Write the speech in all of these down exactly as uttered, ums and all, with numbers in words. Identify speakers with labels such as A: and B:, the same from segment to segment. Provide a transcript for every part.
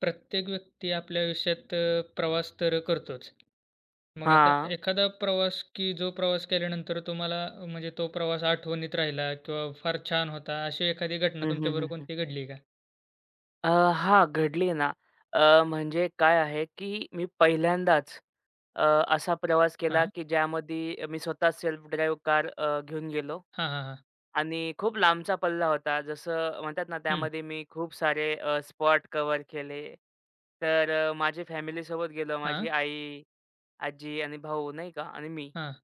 A: प्रत्येक व्यक्ती आपल्या आयुष्यात अ, प्रवास तर करतोच. मग असा
B: हां.
A: एखादा प्रवास, की जो प्रवास केल्यानंतर तुम्हाला अ, म्हणजे तो प्रवास आठवणीत राहिला किंवा फार छान होता, अशी एखादी घटना
B: हं, हं,
A: तुमच्याबरोबर
B: हं, हं.
A: कोणती घडली का?
B: अ, हां, घडली ना. अ, म्हणजे काय आहे, की मी पहिल्यांदाच अ, असा प्रवास केला,
A: हां.
B: की ज्यामध्ये मी स्वतः सेल्फ ड्राईव्ह कार अ, घेऊन गेलो.
A: हां, हां, हां.
B: आणि खूप लांबचा पल्ला होता. जसं म्हणतात ना,
A: हं.
B: त्यामध्ये मी खूप सारे अ, स्पॉट कव्हर केले. तर अ, माझी फॅमिलीसोबत गेलो.
A: हां,
B: माझी आई, आजी आणि भाऊ नाही का आणि मी.
A: हां,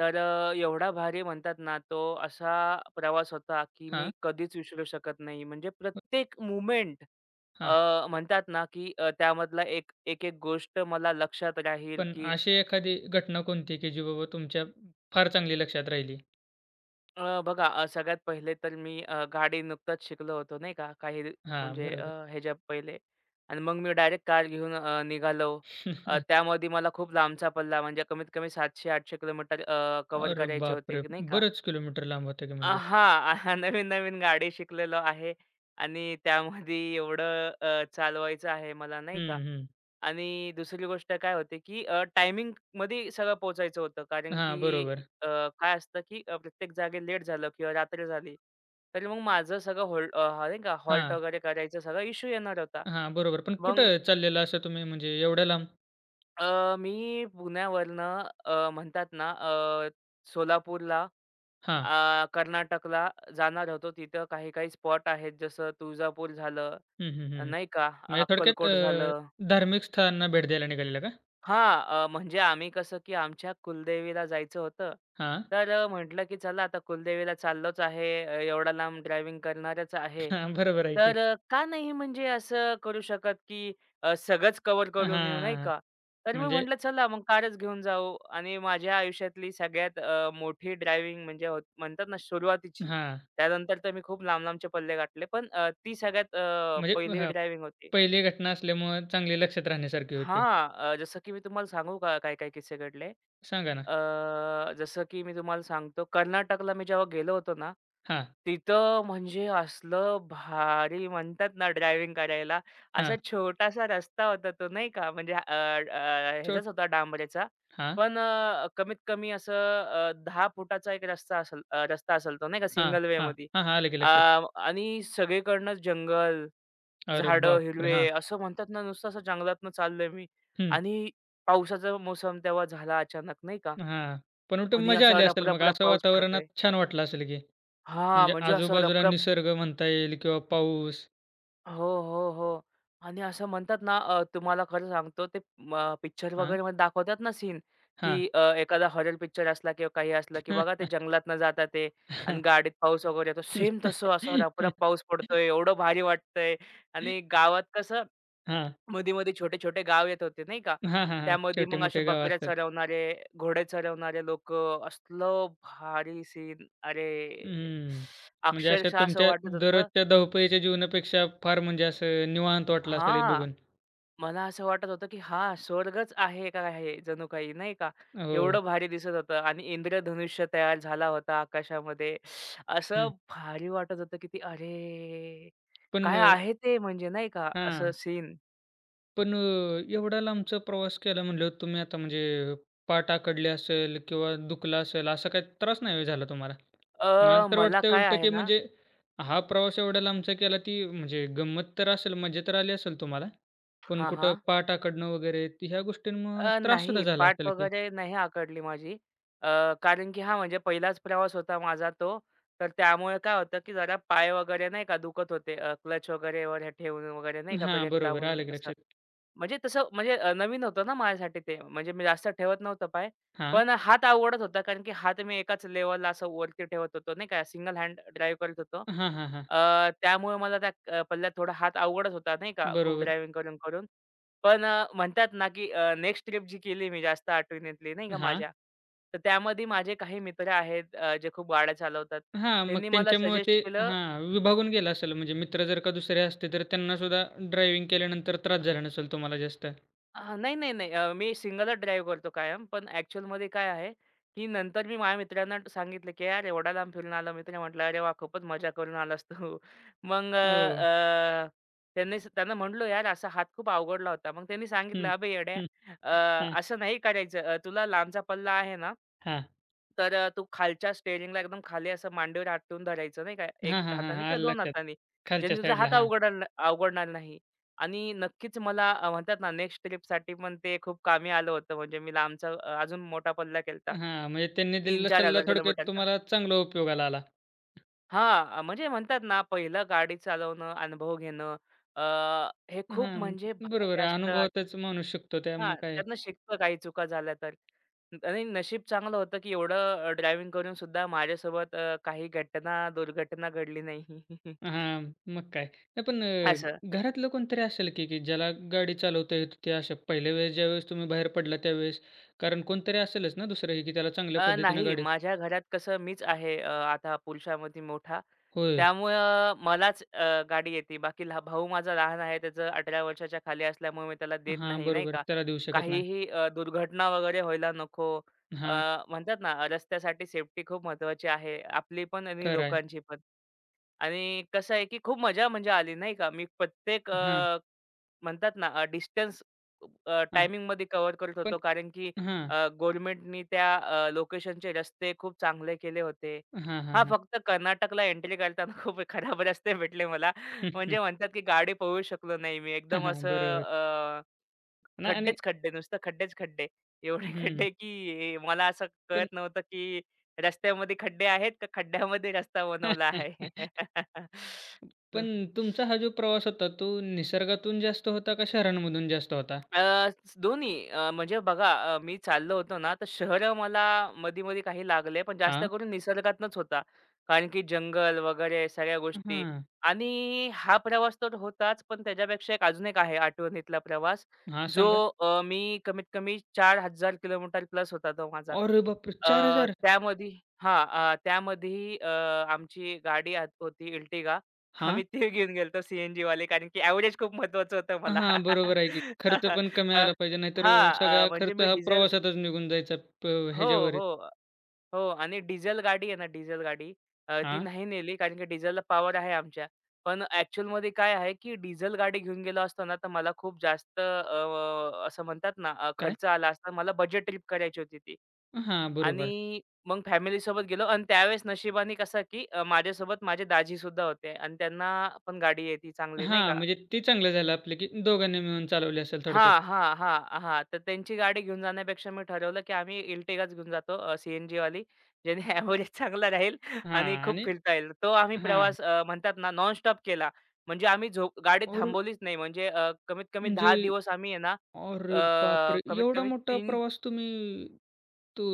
B: तर अ, एवढा भारी म्हणतात ना, तो असा प्रवास होता, की मी
A: हां,
B: कधीच विसरू शकत नाही. म्हणजे प्रत्येक मोमेंट
A: हां.
B: म्हणतात ना, की अ, त्यामधला एक एक-एक गोष्ट मला लक्षात राहील,
A: पण
B: की
A: अशी एखादी घटना कोणती, की जी बाबा तुमच्या फार चांगली लक्षात राहिली?
B: अ, बघा अ, सगळ्यात पहिले तर मी अ, गाडी नुकतंच शिकलो होतो नाही का, काही दि-
A: हां,
B: म्हणजे अ,
A: बरोबर.
B: ह्याच्या पहिले आणि मग मी डायरेक्ट कार घेऊन अ, निघालो. अ, त्यामध्ये मला खूप लांबचा पल्ला म्हणजे कमीत कमी सातशे ते आठशे किलोमीटर अ, कव्हर
A: अरे
B: करायचे होते,
A: बापरे!
B: की नाही का.
A: बरेच किलोमीटर लांब होतं की
B: अ,
A: म्हणजे.
B: हां, नवीन-नवीन गाडी शिकलेलो आहे आणि त्यामध्ये एवढं अ, चालवायचं आहे मला नाही का.
A: हं, हं.
B: आणि दुसरी गोष्ट काय होते, की अ, टायमिंगमध्ये सगळं पोहोचायचं होतं. कारण
A: हां,
B: की
A: बरोबर.
B: अ, काय असतं, की अ, प्रत्येक जागी लेट झालं किंवा रात्र झाली, तर मग माझं सगळं हॉल्ट अ, नाही का हॉल्ट
A: हां.
B: वगैरे करायचा सगळा इश्यू येणार होता.
A: हां, बरोबर. पण
B: मग
A: कुठं चाललेला असं तुम्ही म्हणजे एवढ्या लांब?
B: अ, मी पुण्यावरनं अ, म्हणतात ना अ, सोलापूरला,
A: हां.
B: अ, कर्नाटकला जाणार होतो. तिथं काही-काही स्पॉट आहेत, जसं तुळजापूर झालं,
A: हं, हं,
B: अ,
A: हं.
B: नाही का
A: म्हणजे थोडक्यात
B: अक्कलकोट
A: अ,
B: झालं.
A: धार्मिक स्थळांना भेट द्यायला निघालेला का?
B: हां, अ, म्हणजे आम्ही कसं, की आमच्या कुलदेवीला जायचं होतं.
A: हां.
B: तर अ, म्हटलं, की चला आता कुलदेवीला चाललोच आहे, अ, एवढा लांब ड्रायव्हिंग करणारच आहे.
A: हां, बरोबर आहे की.
B: तर अ, का नाही म्हणजे असं करू शकत, की अ, सगळंच कव्हर
A: हां, हां,
B: करून येऊ, नाही
A: हां.
B: का? तर मी
A: म्हणजे
B: म्हटलं, चला मग कारच घेऊन जाऊ आणि माझ्या आयुष्यातली सगळ्यात अ, मोठी ड्रायव्हिंग म्हणजे होत म्हणतात ना सुरुवातीची.
A: हां.
B: त्यानंतर तर मी खूप लांब-लांबचे पल्ले गाठले. पण अ, ती सगळ्यात अ,
A: म्हणजे
B: पहिली
A: हां,
B: ड्रायव्हिंग होती.
A: पहिली घटना असल्यामुळं चांगली लक्षात राहण्यासारखी होती.
B: हां, अ, जसं की मी तुम्हाला सांगू का काय-काय किस्से घडले?
A: सांगा ना?
B: अ, जसं की मी तुम्हाला सांगतो, कर्नाटकला मी जेव्हा गेलो होतो ना,
A: हां,
B: तिथं म्हणजे असलं भारी म्हणतात ना ड्रायव्हिंग करायला. असा
A: हां.
B: छोटासा रस्ता होता तो नाही का, म्हणजे अ, अ,
A: छोट
B: ह्याचाच होता डांबरेचा.
A: हां,
B: पण अ, कमीत कमी असं अ, दहा फुटाचा एक रस्ता असेल अ, रस्ता असेल तो नाही का
A: हां,
B: सिंगल
A: हां.
B: वेमध्ये.
A: हां, हां. आलं की
B: अ,
A: लक्षात.
B: आणि सगळीकडनं जंगल,
A: अरे
B: झाडं
A: बापरे!
B: हिरवे
A: हां.
B: असं म्हणतात ना, नुसतं असं जंगलातनं चाललोय मी
A: हं.
B: आणि पावसाचा मोसम तेव्हा झाला अचानक नाही का.
A: हां. पण उलट
B: आणि
A: मजा
B: असा
A: आली असेल मग
B: रपरप, रप
A: असं
B: पाऊस पडत
A: वातावरणात
B: आहे.
A: छान वाटलं असेल की.
B: हां,
A: म्हणजे
B: म्हणजे असा
A: आजूबाजूला
B: रपरप,
A: निसर्ग म्हणता येईल किंवा पाऊस.
B: हो, हो, हो. आणि असं म्हणतात ना, अ, तुम्हाला खरं सांगतो ते म पिक्चर
A: हां,
B: वगैरेमध्ये दाखवतात ना सीन,
A: हां.
B: की अ, एखादा हॉरर पिक्चर असला किंवा काही असलं, की बघा ते जंगलातनं जातात ते आणि गाडीत पाऊस वगैरे येतो. सेम तसं असं रपरप पाऊस पडतोय, एवढं भारी वाटतंय आणि गावात कसं
A: हां.
B: मध्ये-मध्ये छोटे-छोटे गाव येत होते नाही का?
A: हां, हां, हां.
B: त्यामध्ये मग असे
A: छोटे-मोठे गावं
B: बकऱ्या
A: असतात.
B: चरवणारे, घोडे चरवणारे लोकं, असलं भारी सीन. अरे!
A: हं. म्हणजे अशा
B: अक्षरशः असं
A: तुमच्या
B: वाटत होतं
A: दररोजच्या धावपळीच्या जीवनापेक्षा फार म्हणजे असं निवांत वाटलं असेल हे
B: हां.
A: बघून.
B: मला असं वाटत होतं, की हा स्वर्गच आहे का हे जणू काही नाही का.
A: हो.
B: एवढं भारी दिसत होतं आणि इंद्रधनुष्य तयार झाला होता आकाशामध्ये. असं
A: हं.
B: भारी वाटत होतं, की ते अरे!
A: पण
B: काय
A: अ,
B: आहे ते म्हणजे नाही का असं
A: हां.
B: सीन.
A: पण अ, एवढा लांबचा प्रवास केला म्हणल्यावर तुम्ही आता म्हणजे पाठ आखडले असेल किंवा दुखलं असेल असा काही त्रास नाही झाला तुम्हाला?
B: अ,
A: मला तर
B: मला
A: वाटतंय
B: काय
A: उलटं,
B: आहे
A: की
B: ना
A: म्हणजे हा प्रवास एवढा लांबचा केला, ती म्हणजे गंमत तर असेल, मजा तर आली असेल तुम्हाला. पण
B: हां,
A: कुठं
B: हां.
A: पाठ अकडणं वगैरे ती ह्या गोष्टींमुळं
B: अ,
A: त्रास सुद्धा
B: नाही
A: झाला
B: पाठ
A: असेल की
B: वगैरे नाही आखडली माझी. अ, कारण की हा म्हणजे पहिलाच प्रवास होता माझा तो. तर त्यामुळे काय होतं, की जरा पाय वगैरे नाही का दुखत होते. अ, क्लच वगैरेवर ठेवून वगैरे नाही का
A: हां,
B: ब्रेक
A: बरोबर.
B: दाबून
A: आलं की
B: असं.
A: लक्षात.
B: म्हणजे तसं म्हणजे अ, नवीन होतं ना माझ्यासाठी ते. म्हणजे मी जास्त ठेवत नव्हतो पाय.
A: हां.
B: पण हात आवडत होता कारण की हात मी एकाच लेव्हलला असं वरती ठेवत होतो नाही का, सिंगल हँड ड्राईव्ह करत होतो.
A: हां, हां, हां.
B: अ, त्यामुळे मला त्या अ, पल्ल्यात थोडा हात अवघडच होता नाही का, खूप
A: बरोबर.
B: ड्रायव्हिंग करून, करून. पण अ, म्हणतात ना की नेक्स्ट ट्रिप जी केली मी जास्त आठवणीतली नाही का
A: हां.
B: माझ्या, तर त्यामध्ये माझे काही मित्र आहेत अ, जे खूप गाड्या चालवतात.
A: हां, मग
B: त्यांनी मला
A: त्यांच्यामुळे
B: सजेस्ट
A: ते
B: केलं.
A: हां, विभागून गेलं असेल म्हणजे मित्र जर का दुसरे असते, तर त्यांना सुद्धा ड्रायव्हिंग केल्यानंतर त्रास झाला नसेल तुम्हाला जास्त.
B: हां, नाही, नाही, नाही. अ, मी सिंगलच ड्राईव्ह करतो कायम. पण ॲक्चुअलमध्ये काय आहे, की नंतर मी माझ्या मित्रांना सांगितलं, की "यार एवढा लांब फिरून आला." मित्र म्हटला, "अरे वाह! खूपच मजा करून आलास तू." मग
A: हो.
B: अ, अ, त्यांनी स- त्यांना म्हटलो, "यार असा हात खूप अवघडला होता." मग त्यांनी सांगितलं,
A: हं,
B: "अबे येड्या,
A: हं.
B: अ,
A: हां,
B: असं नाही करायचं. अ, तुला लांबचा पल्ला आहे ना,
A: हां.
B: तर अ, तू खालच्या स्टेअरिंगला एकदम खाली असं मांडीवर हात ठेवून धरायचं नाही का, एक
A: हां, हां, हां,
B: हाताने
A: हां.
B: किंवा
A: आलं
B: दोन
A: लक्षात.
B: हाताने.
A: खालच्या
B: ज्याने तुझा
A: साईडला.
B: हात
A: हां.
B: अवघडणार अवघडणार नाही." आणि नक्कीच मला अ, म्हणतात ना नेक्स्ट ट्रिपसाठी पण ते खूप कामी आलं होतं. म्हणजे मी लांबचा अ, अजून मोठा पल्ला केलता.
A: हां, म्हणजे त्यांनी दिलेला सल्ला
B: तीन ते चार हजार
A: थोडक्यात
B: किलोमीटरचा.
A: तुम्हाला चांगला उपयोगाला आला.
B: हां, म्हणजे म्हणतात ना पहिलं गाडी चालवणं, अनुभव घेणं अ, हे खूप
A: हां,
B: म्हणजे भारी
A: बरोबर आहे.
B: असतं आणि
A: अनुभवातच माणूस शिकतो त्या
B: हां,
A: मग काय
B: त्यातनं शिकतो काही चुका झाल्या तर. आणि नशीब चांगलं होतं, की एवढं ड्रायव्हिंग करून सुद्धा माझ्यासोबत अ, काही घटना, दुर्घटना घडली नाही.
A: हां, मग काय. नाही पण
B: असं.
A: अ, घरातलं कोणतरी असेल की, की ज्याला गाडी चालवता येत होती अशा पहिल्या वेळेस ज्यावेळेस तुम्ही बाहेर पडला त्यावेळेस. कारण कोणतरी असेलच ना दुसरंही की त्याला चांगल्या
B: अ,
A: पद्धतीनं
B: नाही.
A: गाडी
B: माझ्या घरात कसं मीच आहे अ, आता पुरुषामध्ये मोठा.
A: होय.
B: त्यामुळं मलाच अ, गाडी येते. बाकी लहा भाऊ माझा लहान आहे. त्याचं अठरा वर्षाच्या खाली असल्यामुळे मी त्याला देत
A: हां,
B: नाही, नाही
A: बरोबर.
B: का.
A: त्याला देऊ शकत नाही.
B: काहीही अ, दुर्घटना वगैरे व्हायला नको. अ,
A: हां,
B: म्हणतात ना रस्त्यासाठी सेफ्टी खूप महत्त्वाची आहे. आपली पण आणि
A: खरं आहे.
B: लोकांची. आणि कसं आहे, की खूप मजा म्हणजे आली नाही का. मी प्रत्येक
A: हां,
B: अ, म्हणतात ना अ, डिस्टन्स अ,
A: हां.
B: टायमिंगमध्ये कव्हर करत होतो.
A: पण
B: कारण की
A: हां.
B: अ, गव्हर्नमेंटनी त्या अ, लोकेशनचे रस्ते खूप चांगले केले होते.
A: हां, हां,
B: हां,
A: हां.
B: फक्त कर्नाटकला एंट्री करताना खूप खराब रस्ते भेटले मला.
A: हं, हं.
B: म्हणजे म्हणतात, की गाडी पळवू शकलो नाही मी.
A: हां,
B: एकदम
A: हां.
B: असं
A: बरोबर. नाही आणि
B: खड्डेच खड्डे, नुसतं खड्डेच खड्डे. एवढे
A: हं,
B: खड्डे की मला असं
A: पण
B: कळत नव्हतं की रस्त्यामध्ये खड्डे आहेत का खड्ड्यामध्ये रस्ता बनवला आहे. हम्म.
A: पण तुमचा हा जो प्रवास होता, तो निसर्गातून जास्त होता का शहरांमधून जास्त होता?
B: अ, दोन्ही अ, म्हणजे बघा अ, मी चाललो होतो ना, तर शहर मला मधी-मधी काही लागले, पण जास्त
A: हां.
B: करून निसर्गातनंच होता. कारण की जंगल वगैरे सगळ्या गोष्टी.
A: हां.
B: आणि हा प्रवास तर होताच, पण त्याच्यापेक्षा एक अजून एक आहे आठवणीतला प्रवास,
A: हां,
B: जो
A: सांगा.
B: अ, मी कमीत कमी चार हजार किलोमीटर प्लस होता तो माझा.
A: अरे बापरे!
B: अ,
A: चार हजार
B: त्यामध्ये हां, अ, त्यामध्ये अ, आमची गाडी आत होती Ertiga.
A: हां.
B: आम्ही ते घेऊन गेलतो सीएनजी वाले कारण की ॲव्हरेज खूप महत्वाचं होतं मला.
A: हां, बरोबर आहे की. खर्च पण कमी
B: अ,
A: आला पाहिजे, नाहीतर
B: हां,
A: अ,
B: अ,
A: सगळा
B: म्हणजे
A: खर्च
B: मी
A: हा
B: डिझेल
A: प्रवासातच निघून जायचा प
B: हो,
A: ह्याच्यावरच.
B: हो, हो. आणि डिझेल गाडी आहे ना डिझेल गाडी अ, ती
A: हां,
B: नाही नेली कारण की डिझेलला पॉवर आहे आमच्या. पण ॲक्चुअलमध्ये काय आहे की डिझेल गाडी घेऊन गेलो असतो ना, तर मला खूप जास्त अ, असं म्हणतात ना अ,
A: काय?
B: खर्च आला असता. मला बजेट ट्रिप करायची होती ती.
A: हां, बरोबर.
B: आणि मग फॅमिलीसोबत गेलो आणि त्यावेळेस नशिबाने कसं की अ, माझ्यासोबत माझे दाजीसुद्धा होते आणि त्यांना पण गाडी आहे ती चांगली नाही
A: हां,
B: का.
A: म्हणजे ते चांगलं झालं आपलं, की दोघांनी मिळून चालवली असेल थोडक्यात.
B: हां, हां, हां, हां. तर त्यांची गाडी घेऊन जाण्यापेक्षा मी ठरवलं, की आम्ही Ertigaच घेऊन जातो अ, वाली एन जीवाली ज्याने ॲव्हरेज चांगला राहील
A: हां
B: आणि खूप
A: आणि
B: फिरता येईल. तो आम्ही
A: हां.
B: प्रवास अ, म्हणतात ना नॉनस्टॉप केला. म्हणजे आम्ही झोप गाडी
A: और
B: थांबवलीच नाही. म्हणजे अ, कमीत कमी
A: म्हणजे
B: दहा दिवस आम्ही आहे ना
A: अरे
B: अ,
A: बापरे!
B: कमीत
A: एवढा
B: कमी
A: मोठा
B: तीन
A: प्रवास तुम्ही तो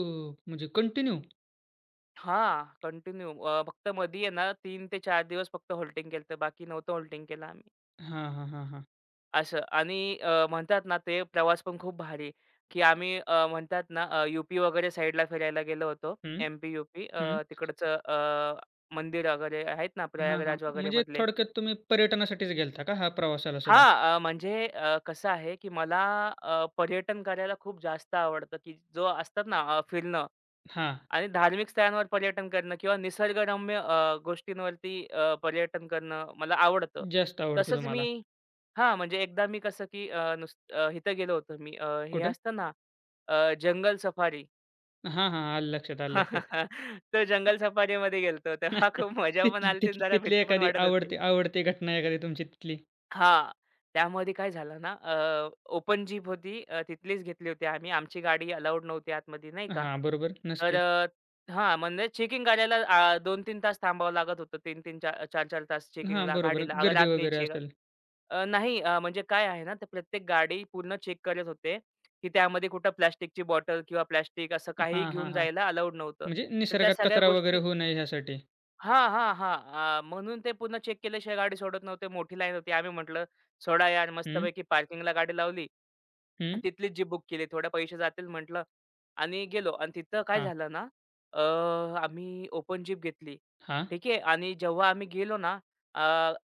A: म्हणजे कंटिन्यू?
B: हां, कंटिन्यू फक्त मधी आहे ना तीन ते चार दिवस फक्त हॉल्टिंग केलं बाकी नव्हतं हॉल्टिंग केलं
A: हां, हां, हां, हां.
B: असं. आणि अ, म्हणतात ना, ते प्रवास पण खूप भारी, की आम्ही अ, म्हणतात ना, अ, यू वगैरे साईडला फिरायला गेलो होतो.
A: हं,
B: एम-पी, यू
A: हं.
B: अ, तिकडचं अ, मंदिर वगैरे आहेत ना,
A: हां, हां.
B: प्रयागराज वगैरे
A: म्हणजे
B: मधले.
A: थोडक्यात तुम्ही पर्यटनासाठीच गेलता का हा प्रवासाला सुद्धा?
B: हां, अ, म्हणजे अ, कसं आहे, की मला अ, पर्यटन करायला खूप जास्त आवडतं, की जो असतात ना, अ, फिरणं.
A: हां,
B: आणि धार्मिक स्थळांवर पर्यटन करणं किंवा निसर्गरम्य अ, गोष्टींवरती अ, पर्यटन करणं मला आवडतं.
A: जास्त आवडतं
B: तसंच मी
A: तुम्हाला.
B: हां, म्हणजे एकदा मी कसं की अ, नुस अ, इथं गेलो होतो मी अ, हे
A: कुठं?
B: असतं ना अ, जंगल सफारी.
A: हां, हां. आलं लक्षात, आलं लक्षात.
B: तर जंगल सफारीमध्ये गेलो होतो. तेव्हा खूप मजा पण
A: तिथली
B: आली होती आणि
A: तिथली
B: जरा
A: तिथली
B: भीती पण
A: एखादी
B: वाटत होती.
A: आवडती आवडती घटना एखादी तुमची तिथली?
B: हां. त्यामध्ये काय झालं ना, ओपन जीप होती. अ, तिथलीच घेतली होती आम्ही. आमची गाडी अलाऊड नव्हती आतमध्ये नाही का.
A: हां, बरोबर.
B: तर
A: नसते.
B: अ, हां, म्हणजे चेकिंग करायला अ, दोन ते तीन तास थांबावं लागत होतं. तीन तीन चा चार चार तास
A: हां,
B: चेकिंगला
A: बरोबर.
B: गाडीला अगर आत
A: गर्दी
B: न्यायची
A: वगैरे
B: आहे.
A: असेल.
B: अ, नाही अ, म्हणजे काय आहे ना, ते प्रत्येक गाडी पूर्ण चेक करत होते, की त्यामध्ये कुठं प्लास्टिकची बॉटल किंवा प्लास्टिक असं काही
A: हां, हां,
B: घेऊन
A: हां.
B: जायला अलाऊड नव्हतं.
A: म्हणजे
B: तर त्या
A: निसर्गात
B: सगळ्या
A: कचरा वगैरे
B: गोष्टी.
A: होऊ नये ह्यासाठी.
B: हां, हां, हां. अ, म्हणून ते पुन्हा चेक केल्याशिवाय गाडी सोडत नव्हते. मोठी लाईन होती. आम्ही म्हटलं, "सोडा यार."
A: हं,
B: मस्तपैकी पार्किंगला गाडी लावली
A: हं.
B: आणि तिथलीच जीप बुक केली. थोडे पैसे जातील म्हटलं. आणि गेलो आणि तिथं काय
A: हां,
B: झालं ना, अ, आम्ही ओपन जीप घेतली.
A: हां,
B: ठीक आहे आणि जेव्हा आम्ही गेलो ना, अ,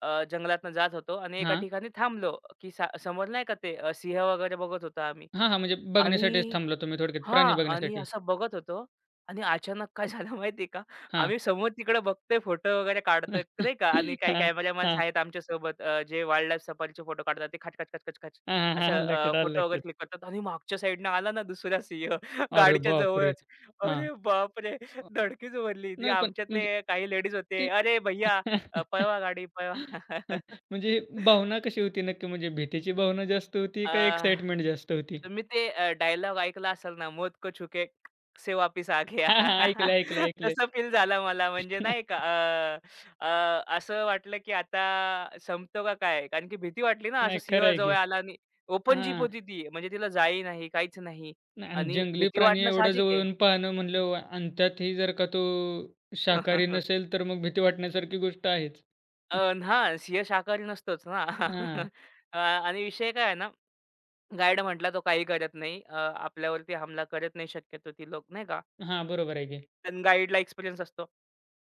B: अ, जंगलातनं जात होतो आणि एका
A: हां.
B: ठिकाणी थांबलो, की सा समोर नाही का ते अ, सिंह वगैरे बघत होतो आम्ही.
A: हां, हां. म्हणजे बघण्यासाठीच
B: आणि
A: थांबला तुम्ही थोडक्यात प्राणी
B: हां. आणि
A: बघण्यासाठी.
B: असं बघत होतो आणि अचानक काय झालं माहिती आहे का?
A: हां.
B: आम्ही समोर तिकडे बघतोय फोटो वगैरे काढतोय, क- नाही का? आणि काही
A: हां,
B: कॅमेरामन्स
A: हां.
B: आहेत आमच्यासोबत अ, जे वाईल्डलाईफ सफारीचे फोटो काढतात. ते खच, खच, खच, खच, खच
A: हां, हां. हां.
B: असं अ,
A: लक्षात, आलं
B: फोटो वगैरे
A: लक्षात.
B: क्लिक करतात आणि मागच्या साईडनं आला ना दुसरा सिंह
A: अरे
B: गाडीच्या
A: बापरे!
B: जवळच.
A: हां.
B: अरे बापरे!
A: अ,
B: धडकीच भरली. ती
A: नाही पण म्हणजे
B: आमच्यातले काही लेडीज होते.
A: ती
B: "अरे भैय्या अ, पळवा गाडी पळवा."
A: म्हणजे भावना कशी होती नक्की? म्हणजे भीतीची भावना जास्त होती का
B: अ,
A: एक्साईटमेंट जास्त होती?
B: तुम्ही ते अ, डायलॉग ऐकला असेल ना, "मौत को छूके से वापिस आ गया."
A: हां, हां. ऐकलंय, ऐकलंय, ऐकलंय.
B: तसं फील झालं मला म्हणजे नाही का अ, अ, असं वाटलं की आता संपतो का काय? कारण की भीती वाटली ना, असं
A: नाही खरं
B: सिंह
A: आहे
B: जवळ
A: की.
B: आला आणि ओपन जीप
A: हां.
B: होती ती. म्हणजे तिला जाळी नाही, काहीच नाही
A: नाही आणि
B: आणि
A: जंगली
B: भीती
A: प्राणी
B: वाटणं
A: एवढ्या
B: साहजिक आहे.
A: जवळून पाहणं म्हणल्यावर आणि त्यातही जर का तो शाकाहारी नसेल, तर मग भीती वाटण्यासारखी गोष्ट आहेच.
B: अ, हां, सिंह शाकाहारी नसतोच ना.
A: हां.
B: अ, आणि विषय काय आहे ना, गाईड म्हटला तो काही करत नाही. अ, आपल्यावरती हमला करत नाही शक्यतो ती लोक नाही का.
A: हां, बरोबर आहे की.
B: पण गाईडला एक्सपिरियन्स असतो.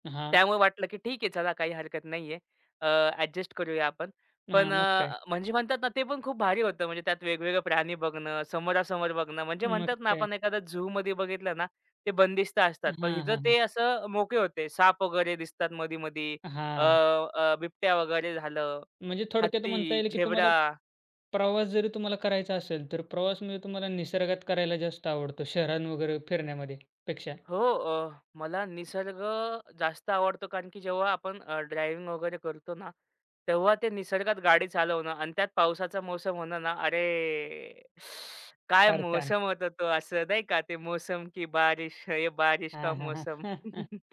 A: हां,
B: त्यामुळे वाटलं की ठीक आहे चला काही हरकत नाहीये. अ, ॲडजस्ट करूया आपण. पण
A: हां. मग काय?
B: अ, म्हणजे म्हणतात ना ते पण खूप भारी होतं. म्हणजे त्यात वेगवेगळे प्राणी बघणं, समोरासमोर बघणं म्हणजे
A: मग
B: म्हणतात ना
A: काय?
B: आपण एखादा झूमध्ये बघितलं ना, ते बंदिस्त असतात.
A: हां,
B: पण हिथं
A: हां, हां.
B: ते असं मोकळे होते. साप वगैरे दिसतात मधी-मधी. अ,
A: हां.
B: अ, बिबट्या वगैरे झालं,
A: म्हणजे थोडक्यात म्हणता
B: हत्ती,
A: येईल की तुम्हाला
B: झेब्रा.
A: प्रवास जरी तुम्हाला करायचा असेल, तर प्रवास म्हणजे तुम्हाला निसर्गात करायला जास्त आवडतो, शहरां वगैरे फिरण्यामध्ये पेक्षा?
B: हो, अ, मला निसर्ग जास्त आवडतो कारण की जेव्हा आपण ड्रायव्हिंग वगैरे करतो ना, तेव्हा ते निसर्गात गाडी चालवणं आणि त्यात पावसाचा मोसम होणं ना, अरे! काय
A: फार छान.
B: मोसम होता तो असं नाही का, ते मोसम की बारिश है ये बारिश का
A: हां, हां,
B: मोसम,
A: हां.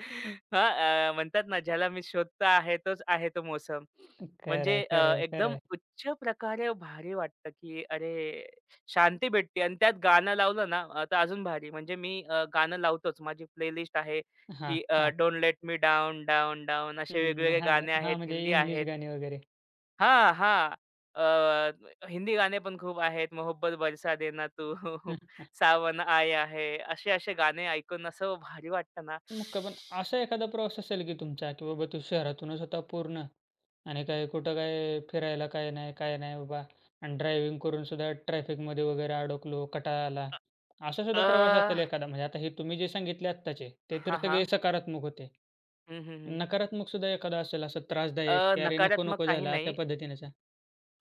B: हां, अ, म्हणतात ना, ज्याला मी शोधता आहे तोच आहे तो मोसम,
A: खरं
B: म्हणजे
A: आहे,
B: अ,
A: खरं आहे, खरं
B: एकदम
A: आहे.
B: उच्च प्रकारे भारी वाटतं की अरे शांती भेटते आणि त्यात गाणं लावलं ना अ, तर अजून भारी. म्हणजे मी अ, गाणं लावतोच. माझी प्लेलिस्ट आहे,
A: हां,
B: की अ,
A: हां.
B: Don't let me down, down, down असे
A: हं,
B: वेगवेगळे
A: हां,
B: गाणे आहेत,
A: हां, म्हणजे
B: हिंदी
A: इंग्लिश
B: आहेत.
A: गाणी वगैरे.
B: हां, हां. अ, हिंदी गाणे पण खूप आहेत. मोहब्बत बरसा देना तू, सावन आया है. असे-असे गाणे ऐकून असं भारी वाटतं ना.
A: मुक्का. पण असा एखादा प्रवास असेल की तुमचा, की बाबा तू शहरातूनच होता पूर्ण आणि काय कुठं काय फिरायला काय नाही, काय नाही बाबा आणि ड्रायव्हिंग करून सुद्धा ट्रॅफिकमध्ये वगैरे अडकलो, कंटाळा आला. असा सुद्धा प्रवास असेल
B: अ,
A: एखादा. म्हणजे आता हे तुम्ही जे सांगितले आत्ताचे, ते तर
B: हां,
A: सगळे
B: हां.
A: सकारात्मक होते.
B: हं, हं, हं.
A: नकारात्मक सुद्धा एखादा असेल असं
B: अ,
A: त्रासदायक, की "अरे नको,
B: नकारात्मक
A: नको"
B: काही
A: झाला अशा
B: नाही.
A: पद्धतीनेचा?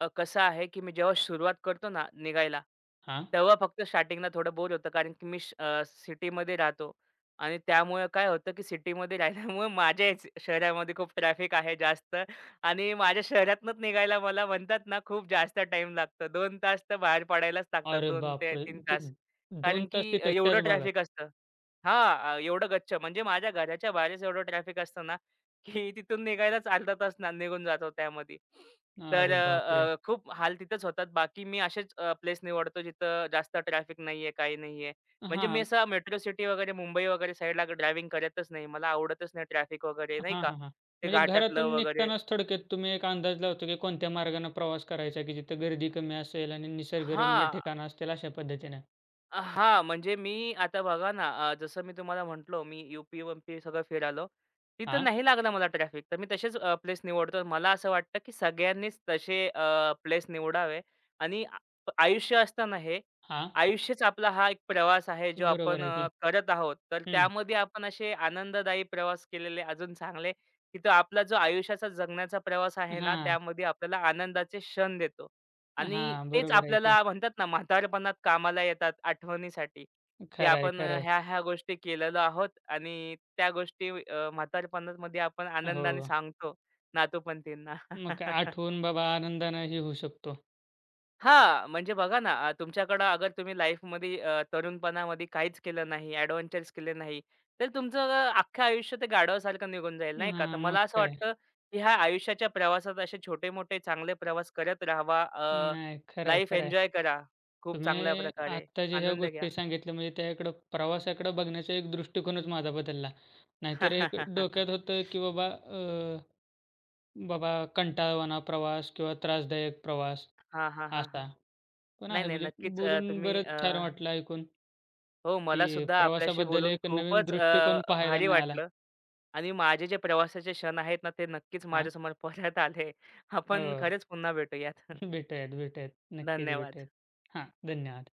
B: अ, कसं आहे, की मी जेव्हा सुरुवात करतो ना निघायला,
A: हां.
B: तेव्हा फक्त स्टार्टिंगला थोडं बोर होतं. कारण की मी सिटीमध्ये राहतो आणि त्यामुळे काय होतं, की सिटीमध्ये राहिल्यामुळे माझ्याच शहरामध्ये खूप ट्रॅफिक आहे जास्त आणि माझ्या शहरातूनच निघायला मला म्हणतात ना, खूप जास्त टाईम लागतो. दोन तास तर बाहेर पडायलाच लागतात.
A: अरे
B: दोन ते
A: बापरे!
B: तीन
A: दो
B: तास.
A: दोन
B: कारण की
A: तास
B: अ,
A: तिथेच
B: एवढं
A: त्याच भागात.
B: ट्रॅफिक असतं. हां, अ, एवढं गच्च म्हणजे माझ्या घराच्या बाहेरच एवढं ट्रॅफिक असतं ना, की तिथून निघायलाच अर्धा तास ना निघून जातो त्यामध्ये. तर
A: अरे बापरे!
B: अ, अ, खूप हाल तिथेच होतात. बाकी मी असेच प्लेस निवडतो जिथं जास्त ट्रॅफिक नाहीये, काही नाहीये. म्हणजे मी
A: हां.
B: असं मेट्रो सिटी वगैरे, मुंबई वगैरे साईडला ड्रायव्हिंग करतच नाही. मला आवडतच नाही ट्रॅफिक वगैरे नाही
A: हां,
B: का,
A: हां, हां.
B: ते
A: म्हणजे
B: घाटातलं
A: घरातून
B: वगैरे
A: निघतानाच थोडक्यात तुम्ही एक अंदाज लावतो, की कोणत्या मार्गाने प्रवास करायचा, की जिथं गर्दी कमी असेल आणि निसर्गरम्य
B: हां.
A: ठिकाणं असतील अशा पद्धतीनं.
B: अ, हां, म्हणजे मी आता बघा ना, अ, जसं मी तुम्हाला म्हटलो, मी यू-पी-एम-पी सगळं फिरालो. तिथं
A: हां,
B: नाही लागलं मला ट्रॅफिक. तर मी तसेच प्लेस निवडतो. मला असं वाटतं, की सगळ्यांनीच तसे प्लेस निवडावे आणि आ आयुष्य असताना हे
A: हां.
B: आयुष्यच आपला हा एक प्रवास आहे, जो
A: बरोबर
B: आपण
A: आहे
B: अ,
A: की.
B: करत आहोत. तर
A: हं.
B: त्यामध्ये आपण असे आनंददायी प्रवास केलेले अजून चांगले, की तो आपला जो आयुष्याचा जगण्याचा प्रवास आहे ना,
A: हां,
B: त्यामध्ये आपल्याला आनंदाचे क्षण देतो. आणि
A: हां.
B: तेच
A: बरोबर आहे की.
B: आपल्याला म्हणतात ना, म्हातारपणात कामाला येतात आठवणीसाठी, की
A: खरं आहे,
B: आपण
A: खरं
B: अ,
A: आहे.
B: ह्या-ह्या गोष्टी केलेलो आहोत आणि त्या गोष्टी अ, म्हातारपणामध्ये आपण आनंदाने
A: हो.
B: सांगतो नातूपंथींना.
A: मग काय आठवून बाबा आनंदानं हे होऊ शकतो.
B: हां, म्हणजे बघा ना, अ, तुमच्याकडं अगर तुम्ही लाईफमध्ये अ, तरुणपणामध्ये काहीच केलं नाही, एडव्हेंचर्स केले नाही, तर तुमचं अ, अख्खं आयुष्य ते गाढवासारखं निघून जाईल, नाही का? तर
A: हां, मग
B: मला असं
A: काय.
B: वाटतं, की ह्या आयुष्याच्या प्रवासात असे छोटे-मोठे चांगले प्रवास करत राहावा. अ,
A: नाही, खरं आहे,
B: लाईफ
A: खरं आहे.
B: एन्जॉय करा खूप चांगल्या
A: तुम्ही
B: प्रकारे,
A: आत्ता जे ह्या
B: आनंद घ्या.
A: गोष्टी सांगितल्या म्हणजे त्याकडं प्रवासाकडं बघण्याचा एक दृष्टिकोनच माझा बदलला. नाहीतर एक डोक्यात होतं, की बाबा अ, बाबा कंटाळवाणा प्रवास किंवा त्रासदायक प्रवास
B: हां, हां, हां, हां.
A: असा. पण
B: नाही,
A: आहे
B: नाही.
A: म्हणजे
B: नक्कीच अ,
A: बोलून
B: तुम्ही
A: बरंच छान वाटलं ऐकून,
B: हो,
A: की
B: मला सुद्धा आपल्याशी
A: प्रवासाबद्दल
B: बोलून
A: एक नवीन
B: खूपच
A: दृष्टिकोन
B: अ,
A: पाहायला
B: भारी
A: मिळाला.
B: वाटलं आणि माझे जे प्रवासाचे क्षण आहेत ना, ते नक्कीच
A: हां,
B: माझ्यासमोर परत आले. आपण
A: हो.
B: खरंच पुन्हा भेटूयात.
A: भेटूयात, भेटूयात. नक्कीच
B: धन्यवाद.
A: भेटूयात. हां, धन्यवाद.